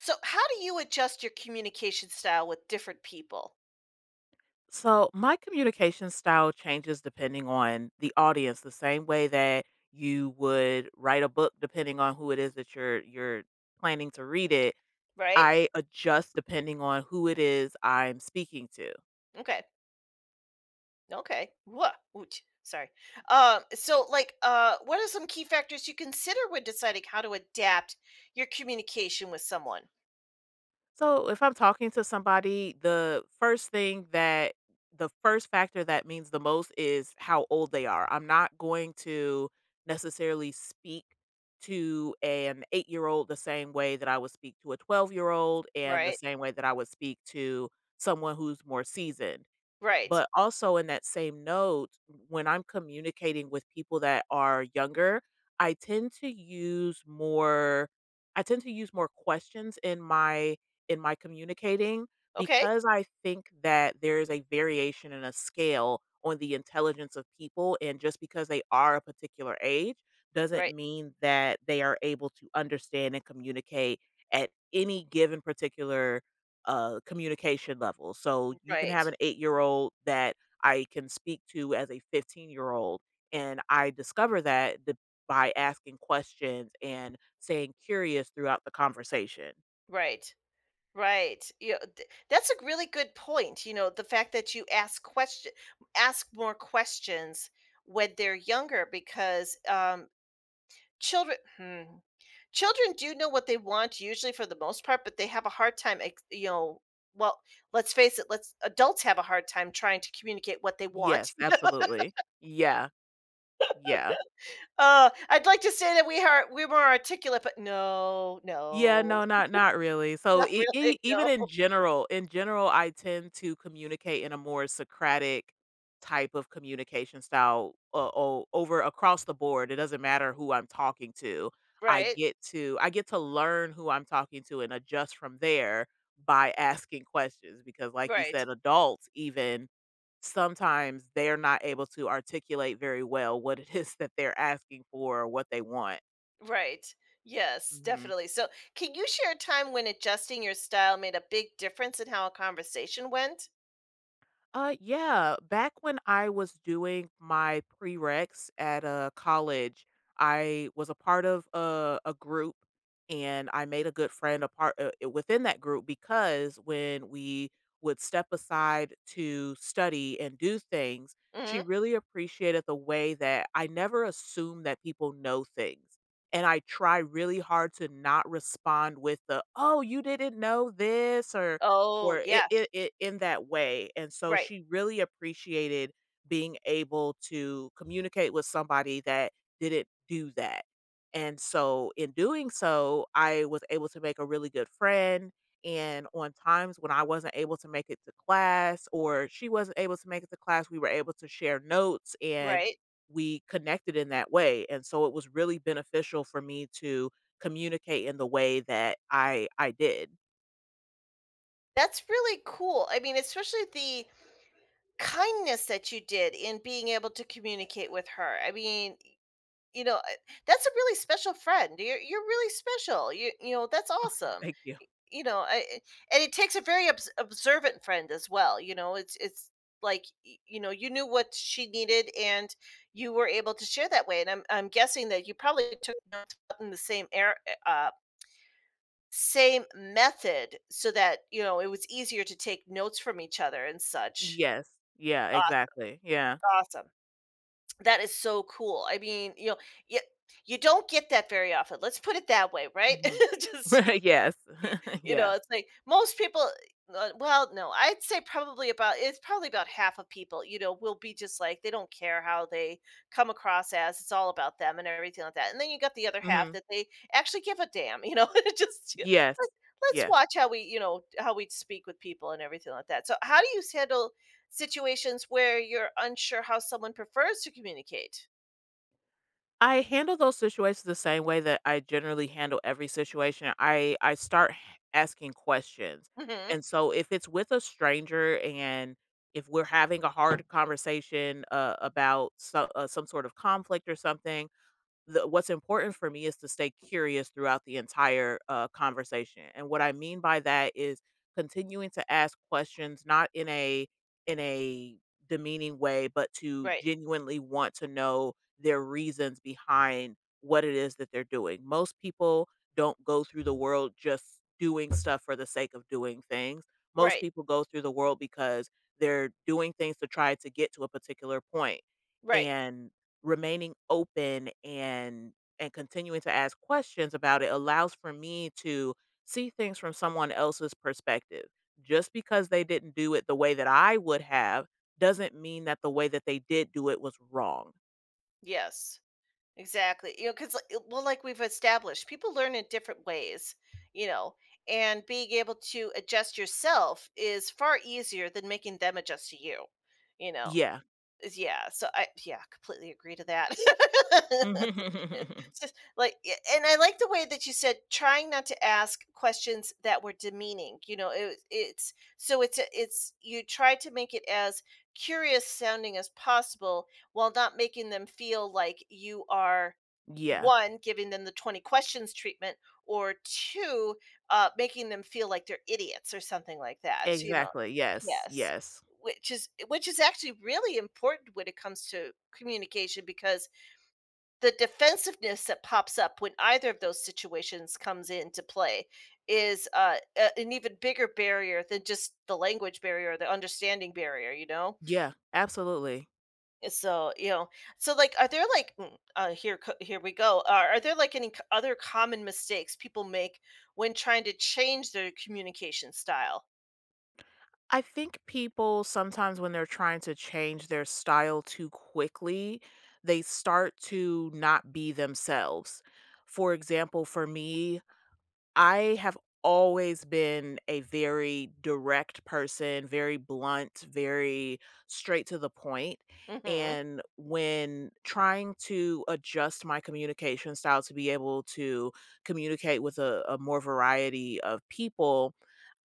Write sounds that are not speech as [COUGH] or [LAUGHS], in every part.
So, how do you adjust your communication style with different people? So, my communication style changes depending on the audience, the same way that you would write a book depending on who it is that you're planning to read it. Right? I adjust depending on who it is I'm speaking to. Okay. Sorry. What are some key factors you consider when deciding how to adapt your communication with someone? So if I'm talking to somebody, the first factor that means the most is how old they are. I'm not going to necessarily speak to an 8-year old the same way that I would speak to a 12-year-old and the Right? same way that I would speak to someone who's more seasoned. Right. But also in that same note, when I'm communicating with people that are younger, I tend to use more I tend to use more questions in my communicating, Okay. because I think that there is a variation and a scale on the intelligence of people, and just because they are a particular age doesn't Right. mean that they are able to understand and communicate at any given particular communication level. So you can have Right. an 8-year old that I can speak to as a 15-year-old. And I discover that by asking questions and staying curious throughout the conversation. Right. Right. Yeah, that's a really good point. The fact that you ask ask more questions when they're younger, because children. Children do know what they want usually for the most part, but they have a hard time, ex you know well, let's face it, let's adults have a hard time trying to communicate what they want. Yes, [LAUGHS] absolutely. Yeah. Yeah. I'd like to say that we're more articulate, but no, Yeah, no, no, not really. [LAUGHS] So Not e really, e even no. In general, I tend to communicate in a more Socratic type of communication style o o over across the board. It doesn't matter who I'm talking to. Right, I get to learn who I'm talking to and adjust from there by asking questions, because like you right, said, adults even sometimes they're not able to articulate very well what it [LAUGHS] is that they're asking for or what they want. right. Yes, Mhm. definitely. So, can you share a time when adjusting your style made a big difference in how a conversation went? Yeah. Back when I was doing my prereqs at a college, I was a part of a group, and I made a good friend a part within that group, because when we would step aside to study and do things, she Mhm. really appreciated the way that I never assume that people know things. And I try really hard to not respond with the, oh, you didn't know this, or Oh, or it yeah. it it in that way, and so Right, she really appreciated being able to communicate with somebody that didn't do that, and so in doing so, I was able to make a really good friend, and on times when I wasn't able to make it to class or she wasn't able to make it to class, we were able to share notes and right. we connected in that way, and so it was really beneficial for me to communicate in the way that I did. That's really cool. I mean, especially the kindness that you did in being able to communicate with her. You know, I- that's a really special friend. You're really special. You know, that's [LAUGHS] Oh, awesome. thank you. You know, I, I- and it takes a very observant friend as well. You know, you knew what she needed, and you were able to share that way. And I'm guessing that you probably took notes in the same method, so that you know it was easier to take notes from each other and such. Yes. Yeah, awesome exactly. Yeah. awesome That is so cool. You you don't get that very often. Let's put it that way, right? Mhm. [LAUGHS] Just [LAUGHS] Yes. Y [LAUGHS] you know, Yeah. it's like most people well, no, I'd say probably about it's probably about half of people, you know, will be just like they don't care how they come across as. It's all about them and everything like that, and then you got the other half Mhm. that they actually give a damn, you know? [LAUGHS] It just yeah, Yes. let's let's Yeah. watch how we, you know, how we speak with people and everything like that. So, how do you handle situations where you're unsure how someone prefers to communicate? I handle those situations the same way that I generally handle every situation. I start h asking questions, Mhm. and so if it's with a stranger and if we're having a hard conversation, about some sort of conflict or something, the what's important for me is to stay curious throughout the entire, conversation, and what I mean by that is continuing to ask questions, not in a demeaning way, but to Right. genuinely want to know their reasons behind what it is that they're doing. Most people don't go through the world just doing stuff for the sake of doing things. Most Right. people go through the world because they're doing things to try to get to a particular point, Right. and remaining open and continuing to ask questions about it allows for me to see things from someone else's perspective. Just because they didn't do it the way that I would have doesn't mean that the way that they did do it was wrong. Yes. Exactly. You know, because, well, like we've established, people learn in different ways, you know, and being able to adjust yourself is far easier than making them adjust to you, you know Yeah. yeah, so I yeah, completely agree to that. [LAUGHS] [LAUGHS] It's just like yeah, and I like the way that you said trying not to ask questions that were demeaning, you know, it it's so it's a it's you try to make it as curious sounding as possible while not making them feel like you are, Yeah. 1, giving them the 20 questions treatment or 2, making them feel like they're idiots or something like that, you know? Exactly. Yes. Yes. Yes. Which is actually really important when it comes to communication because the defensiveness that pops up when either of those situations comes into play is, a an even bigger barrier than just the language barrier, or the understanding barrier, you know? Yeah. Absolutely. So, you know so, like, are there, like mm, here co here we go. Are there, like, any c other common mistakes people make when trying to change their communication style? I think people sometimes when they're trying to change their style too quickly, they start to not be themselves. For example, for me, I have always been a very direct person, very blunt, very straight to the point. Mhm, And when trying to adjust my communication style to be able to communicate with a more variety of people,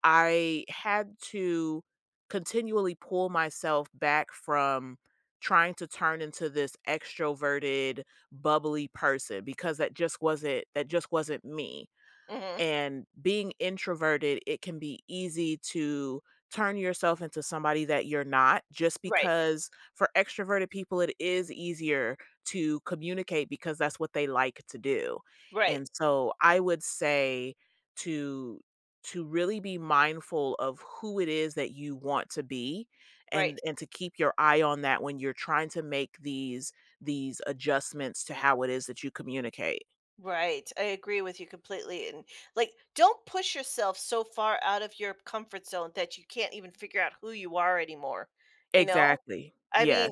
I had to continually pull myself back from trying to turn into this extroverted, bubbly person, because that just wasn't me, mhm. and being introverted, it can be easy to turn yourself into somebody that you're not, just Right, because for extroverted people it is easier to communicate because that's what they like to do. right, And so I would say to really be mindful of who it is that you want to be, and right. To keep your eye on that when you're trying to make these adjustments to how it is that you communicate. Right. I agree with you completely. And like, don't push yourself so far out of your comfort zone that you can't even figure out who you are anymore. You know? Exactly. I mean, Yes.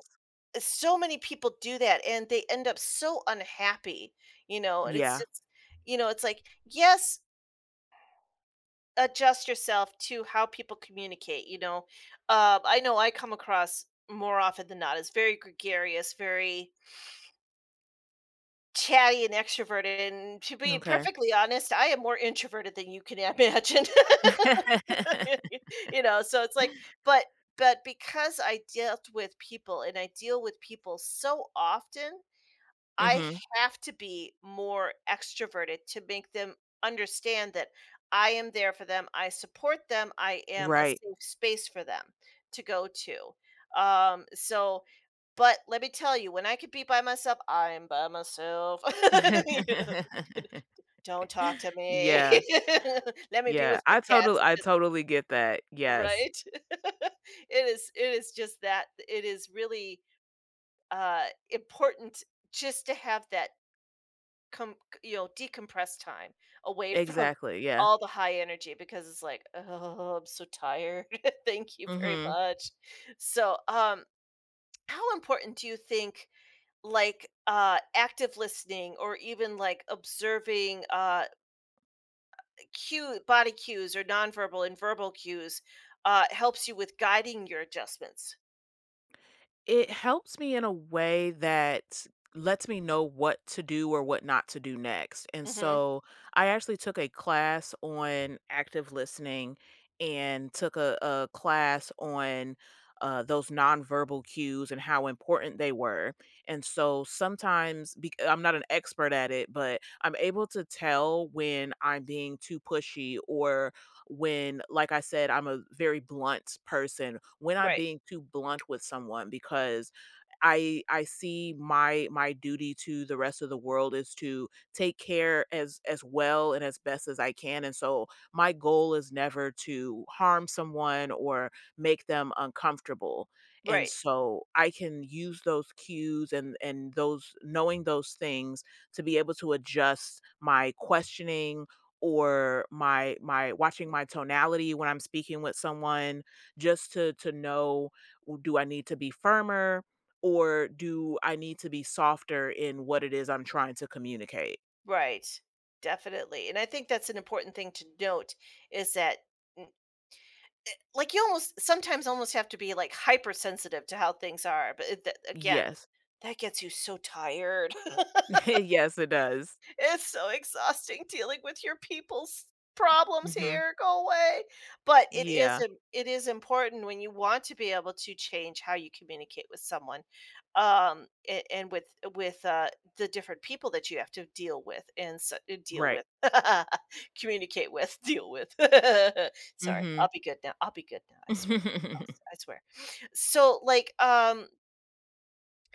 so many people do that and they end up so unhappy, you know? And it's Yeah. just, you know, it's like, Yes, adjust yourself to how people communicate, you know? I know I come across more often than not as very gregarious, very chatty and extroverted, and to be Okay. perfectly honest, I am more introverted than you can imagine. [LAUGHS] [LAUGHS] You know, so it's like but but because I dealt with people and I deal with people so often, I Mhm. have to be more extroverted to make them understand that I am there for them, I support them, I am a Right. safe space for them to go to. So but Let me tell you, when I could be by myself, I'm by myself. [LAUGHS] You know? [LAUGHS] Don't talk to me. Yeah, [LAUGHS] Let me be yeah. with my cats. It's I just totally get that. Yes. right. [LAUGHS] It is just that it is really important just to have that Com you know, decompress time away [LAUGHS] from Exactly, yeah. all the high energy because it's like, "Oh, I'm so tired. [LAUGHS] Thank you very Mhm. much." So, how important do you think, like, active listening or even, like, observing, cue body cues or nonverbal and verbal cues, helps you with guiding your adjustments? It helps me in a way that lets me know what to do or what not to do next. And Mhm. so I actually took a class on active listening and took a class on those nonverbal cues and how important they were. And so sometimes I'm not an expert at it, but I'm able to tell when I'm being too pushy, or when, like I said, I'm a very blunt person, when I'm Right. being too blunt with someone, because I see my duty to the rest of the world is to take care as well and as best as I can, and so my goal is never to harm someone or make them uncomfortable, and Right. so I can use those cues and those, knowing those things, to be able to adjust my questioning or my watching my tonality when I'm speaking with someone, just to know, w do I need to be firmer? Or do I need to be softer in what it is I'm trying to communicate? Right. Definitely, and I think that's an important thing to note is that m Eh, like, you almost sometimes almost have to be, like, hypersensitive to how things are, but it that again, Yes. that gets you so tired. [LAUGHS] [LAUGHS] Yes, it does. It's so exhausting dealing with your people's problems Mhm. here, go away. But it is Yeah. im it is important when you want to be able to change how you communicate with someone, a and with, the different people that you have to deal with and s deal Right. with, [LAUGHS] communicate with, deal with. [LAUGHS] Sorry, I'll Mhm. be good now, I'll be good now, I swear, I'll [LAUGHS] I swear. So, like,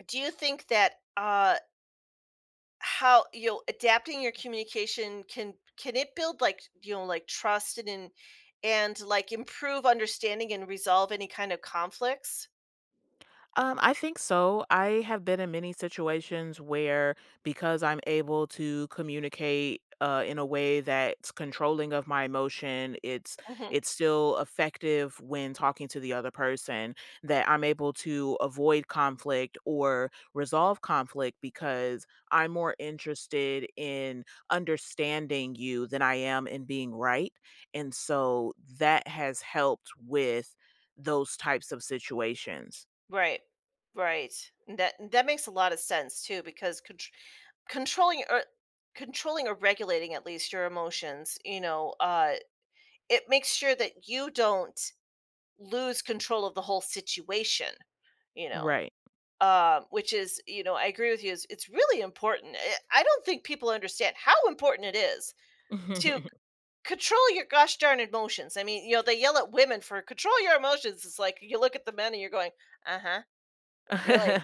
do you think that, how you know adapting your communication can it build like you know like trust and like improve understanding and resolve any kind of conflicts? I think so. I have been in many situations where, because I'm able to communicate in a way that's controlling of my emotion, it's Hmm. it's still effective when talking to the other person. That I'm able to avoid conflict or resolve conflict because I'm more interested in understanding you than I am in being right, and so that has helped with those types of situations. Right right And that that makes a lot of sense too because controlling or controlling or regulating at least your emotions you know it makes sure that you don't lose control of the whole situation you know. Right. Which is, you know, I agree with you. It's really important. I don't think people understand how important it is to [LAUGHS] control your gosh darn emotions. I mean, you know, they yell at women for control your emotions. It's like you look at the men and you're going, uh huh, really?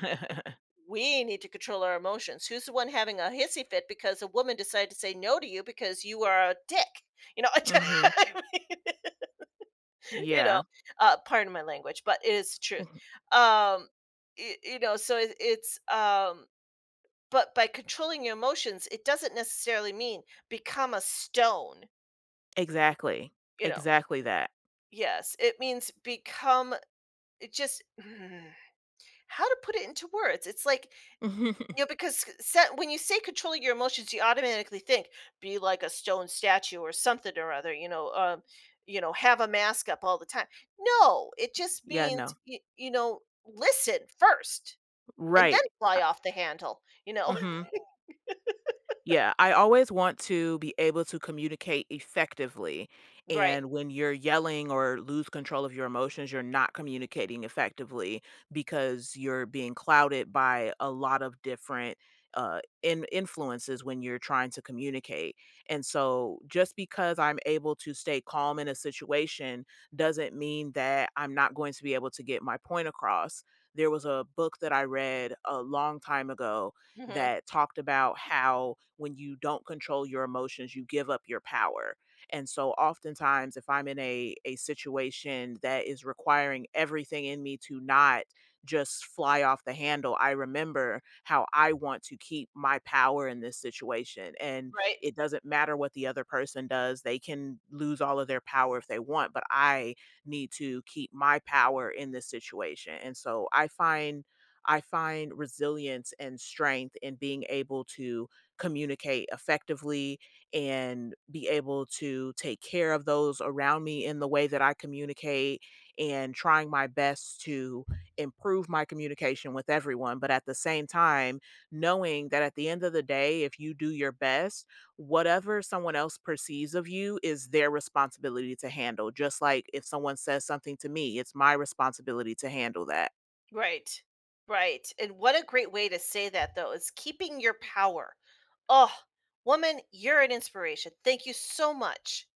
We need to control our emotions. Who's the one having a hissy fit because a woman decided to say no to you because you are a dick? You know, [LAUGHS] Mhm. I mean, [LAUGHS] you know, Yeah. Pardon my language, but it is the truth. [LAUGHS] Um, you know, so it, it's but by controlling your emotions, it doesn't necessarily mean become a stone, Exactly. you know? Exactly that. Yes, it means become it just mm, how to put it into words? It's like, you know, [LAUGHS] because set when you say controlling your emotions, you automatically think, be like a stone statue or something or other, you know, have a mask up all the time. No, it just Yeah, means, no. you know, listen first and then Right. fly off the handle, you know? Mhm. Yeah, I always want to be able to communicate effectively. [LAUGHS] Right. And when you're yelling or lose control of your emotions, you're not communicating effectively, because you're being clouded by a lot of different in influences when you're trying to communicate. And so just because I'm able to stay calm in a situation doesn't mean that I'm not going to be able to get my point across. There was a book that I read a long time ago Mhm. that talked about how, when you don't control your emotions, you give up your power. And so oftentimes if I'm in a situation that is requiring everything in me to not just fly off the handle, I remember how I want to keep my power in this situation. And Right. it doesn't matter what the other person does. They can lose all of their power if they want, but I need to keep my power in this situation. And so I find resilience and strength in being able to communicate effectively and be able to take care of those around me in the way that I communicate, and trying my best to improve my communication with everyone. But at the same time, knowing that at the end of the day, if you do your best, whatever someone else perceives of you is their responsibility to handle. Just like if someone says something to me, it's my responsibility to handle that. Right. Right. And what a great way to say that though is keeping your power. Oh, woman, you're an inspiration. Thank you so much.